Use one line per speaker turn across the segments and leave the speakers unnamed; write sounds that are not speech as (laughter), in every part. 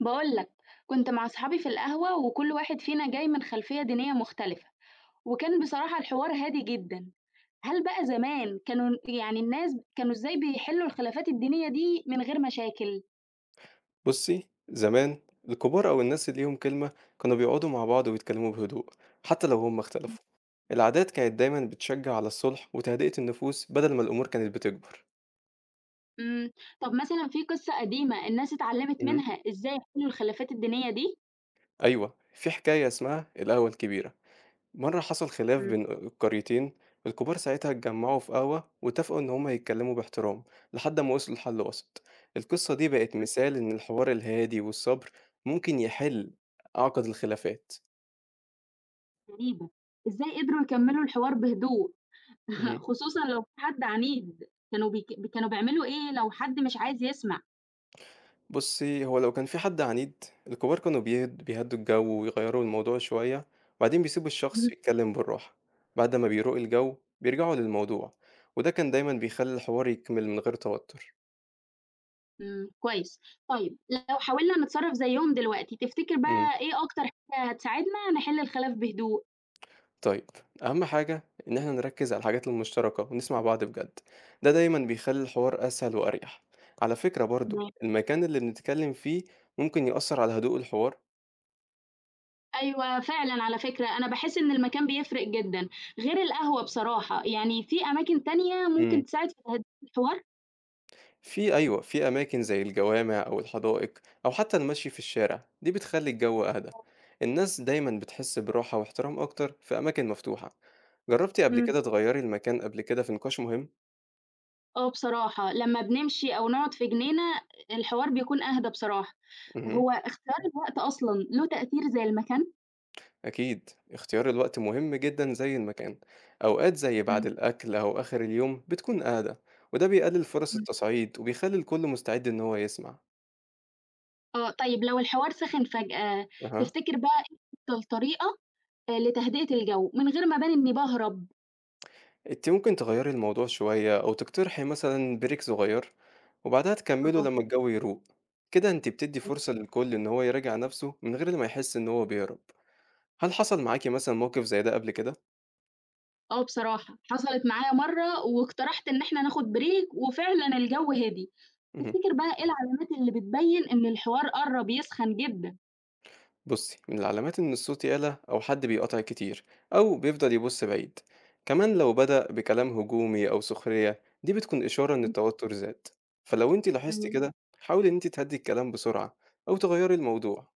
بقولك كنت مع أصحابي في القهوة وكل واحد فينا جاي من خلفية دينية مختلفة. وكان بصراحة الحوار هادي جدا. هل بقى زمان كانوا يعني الناس كانوا إزاي بيحلوا الخلافات الدينية دي من غير مشاكل؟
بُصّي، زمان الكبار أو الناس اللي ليهم كلمة كانوا بيقعدوا مع بعض ويتكلموا بهدوء حتى لو هم اختلفوا. العادات كانت دايمًا بتشجع على الصلح وتهدئة النفوس بدل ما الأمور كانت بتكبر.
مم. طب مثلا في قصة قديمة الناس اتعلمت
اهم.
منها إزاي يحلوا الخلافات الدينية دي؟
أيوه، في حكاية اسمها القهوة الكبيرة. مرة حصل خلاف
مم.
بين القريتين، الكبار ساعتها اتجمعوا في قهوة واتفقوا إن هم يتكلموا باحترام لحد ما وصلوا لحل وسط. القصة دي بقت مثال إن الحوار الهادي والصبر ممكن يحل أعقد الخلافات.
غريبة، إزاي قدروا يكملوا الحوار بهدوء؟ (laughs)
اهم.
خصوصا لو في حد عنيد كانوا بيعملوا إيه لو حد مش عايز يسمع؟
بُصّي، هو لو كان في حد عنيد، الكبار كانوا بيهدّوا الجو ويغيّروا الموضوع شوية، وبعدين بيسيبوا الشخص يتكلّم بالراحة. بعد ما بيروق الجو بيرجعوا للموضوع، وده كان دايمًا بيخلّي الحوار يكمل من غير توتر.
إمم، كويس. طيب لو حاولنا نتصرّف زيّهم دلوقتي، تفتكر
إمم،
بقى إيه أكتر حاجة هتساعدنا نحِل الخلاف بهدوء؟
طيب، أهم حاجة إن إحنا نركّز على الحاجات المشتركة ونسمع بعض بجد. ده دايمًا بيخلّي الحوار أسهل وأريح. على فكرة برضه
تمام.
المكان اللي بنتكلّم فيه ممكن يأثّر على هدوء الحوار.
أيوه فعلًا، على فكرة، أنا باحس إن المكان بيفرق جدًا، غير القهوة بصراحة، يعني في أماكن تانية
إمم.
ممكن تساعد في تهدئة الحوار؟
أيوه، في أماكن زي الجوامع أو الحدائق أو حتى المشي في الشارع، دي بتخلّي الجو أهدى. الناس دايمًا بتحس براحة واحترام أكتر في أماكن مفتوحة. جرّبتِ قبل
إمم.
كده تغيّري المكان قبل كده في نقاش مهم؟
آه بصراحة، لمّا بنمشي أو نقعد في جنينة، الحوار بيكون أهدى بصراحة.
اهم.
هو اختيار الوقت أصلًا له تأثير زي المكان؟
أكيد، اختيار الوقت مهم جدًا زي المكان. أوقات زي بعد
إمم،
الأكل أو آخر اليوم بتكون أهدى، وده بيقلل فرص
إمم.
التصعيد وبيخلّي الكل مستعد إن هو يسمع.
آه، طيب لو الحوار سخِن فجأة،
أها.
تفتكر بقى إيه أفضل طريقة لتهدئة الجو، من غير ما أبان إني باهرب.
أنتِ ممكن تغيّري الموضوع شوية أو تقترحي مثلًا break صغير وبعدها تكمّلوا
آه.
لمّا الجو يروق. كده أنتِ بتدّي فرصة للكل إن هو يراجع نَفْسه من غير ما يحس إن هو بيهرب. هل حصل معاكِ مثلًا موقِف زي ده قبل كده؟
آه بصراحة، حصلت معايا مرّة واقترحت إن إحنا ناخد break وفعلًا الجو هدي.
اهم.
تفتكر بقى إيه العلامات اللي بتبيّن إن الحوار قرّب يسخن جدًا؟
بُصّي، من العلامات إن الصوت يعلى أو حد بيقاطعِك كتير أو بيفضل يبُص بعيد. كمان لو بدأ بكلام هجومي أو سخرية، دي بتكون إشارة إن
إمم،
التوتُّر زاد. فلو أنتِ لاحظتِ
إمم.
كده، حاولي إن أنتِ تهدّي الكلام بسرعة أو تغيّري الموضوع.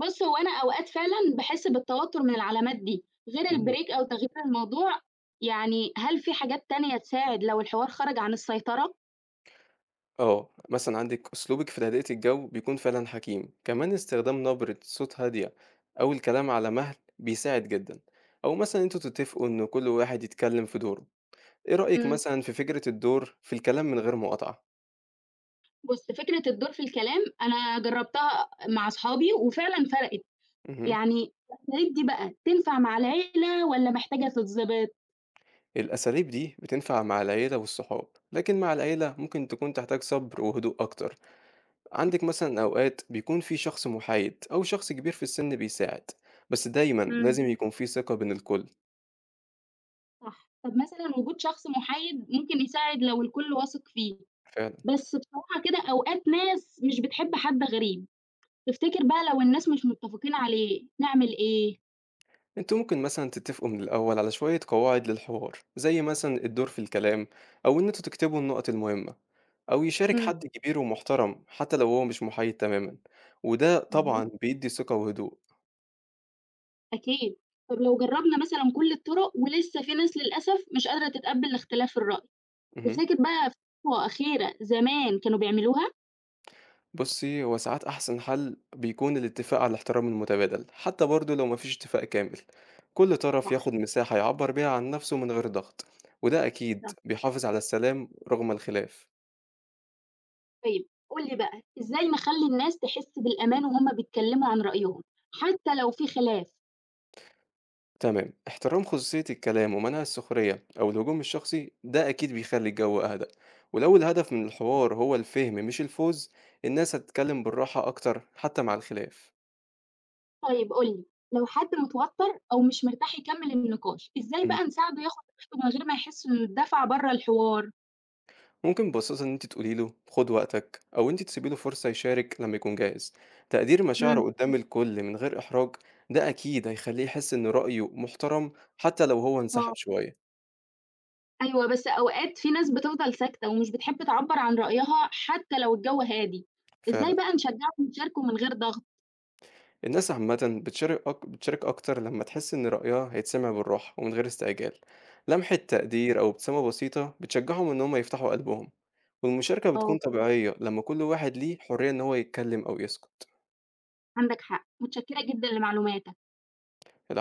بُص، هو أنا أوقات فعلًا باحس بالتوتر من العلامات دي، غير
اهم.
الbreak أو تغيير الموضوع، يعني هل في حاجات تانية تساعد لو الحوار خرج عن السيطرة؟
آه، مثلًا عندِك أسلوبِك في تهدئة الجو بيكون فعلًا حكيم. كمان استخدام نبرة صوت هادية أو الكلام على مهل بيساعد جدًا، أو مثلًا أنتم تتفقوا إن كل واحد يتكلم في دوره. إيه رأيك
إمم.
مثلًا في فكرة الدور في الكلام من غير مقاطعة؟
بُص، فكرة الدور في الكلام أنا جرّبتها مع صحابي وفعلًا فرقِت.
اهم.
يعني الأساليب دي بقى تنفع مع العيلة والّا محتاجة تتضبط؟
الأساليب دي بتنفع مع العيلة والصحاب، لكن مع العيلة ممكن تكون تحتاج صبر وهدوء أكتر. عندِك مثلًا أوقات بيكون في شخص محايد أو شخص كبير في السن بيساعد، بس دايمًا
إمم.
لازم يكون في ثقة بين الكل.
صح، طب مثلًا وجود شخص محايد ممكن يساعد لو الكل واثق فيه،
فعلًا.
بس بصراحة كده أوقات ناس مش بتحب حد غريب، تفتكر بقى لو الناس مش متفقين عليه نعمل إيه؟
انتوا ممكن مثلا تتفقوا من الأول على شوية قواعد للحوار، زي مثلا الدور في الكلام أو إن انتوا تكتبوا النقط المهمة، أو يشارك
إمم.
حد كبير ومحترم حتى لو هو مش محايد تماما، وده
اهم،
طبعا بيدي ثقة وهدوء.
أكيد. طب لو جرّبنا مثلًا كل الطرق ولسه في ناس للأسف مش قادرة تتقبل اختلاف الرأي،
مهم.
تفتكر بقى في خطوة أخيرة زمان كانوا بيعملوها؟
بصي، هو ساعات أحسن حل بيكون الاتفاق على الاحترام المتبادل، حتى برضو لو مفيش اتفاق كامل. كل طرف
صح،
ياخد مساحة يعبر بيها عن نفسه من غير ضغط، وده أكيد
صح.
بيحافظ على السلام رغم الخلاف.
طيب قُل لي بقى، إزاي نخلّي الناس تحس بالأمان وهُم بيتكلّموا عن رأيهم، حتى لو في خلاف؟
تمام، احترام خصوصية الكلام ومنع السخرية أو الهجوم الشخصي ده أكيد بيخلي الجو أهدى. ولو الهدف من الحوار هو الفهم مش الفوز، الناس هتتكلم بالراحة أكتر حتى مع الخلاف.
طيب قُل لي، لو حد متوتر أو مش مرتاح يكمّل النقاش، إزاي
مم.
بقى نساعده ياخد راحته من غير ما يحس إنه اتدفع برّه الحوار؟
ممكن ببساطة إن أنت تقولي له خد وقتك، أو أنت تسيبي له فرصة يشارك لما يكون جاهز. تقدير مشاعره
إمم.
قدام الكل من غير إحراج، ده أكيد هيخليه يحس إن رأيه محترم حتى لو هو انسحب
آه،
شوية.
أيوه، بس أوقات في ناس بتفضل ساكتة ومش بتحب تعبّر عن رأيها حتى لو الجو هادي،
فعلا،
إزاي بقى نشجّعهم يشاركوا من غير ضغط؟
الناس عامةً بتشارك أكتر لمّا تحس إن رأيها هيتسمع بالراحة ومن غير استعجال. لمحة تقدير أو ابتسامة بسيطة بتشجعهم إن هم يفتحوا قلبهم، والمشاركة بتكون
آه،
طبيعية لمّا كل واحد ليه حرية إن هو يتكلم أو يسكت.
عندك حق، متشكّرة جدًا لمعلوماتك.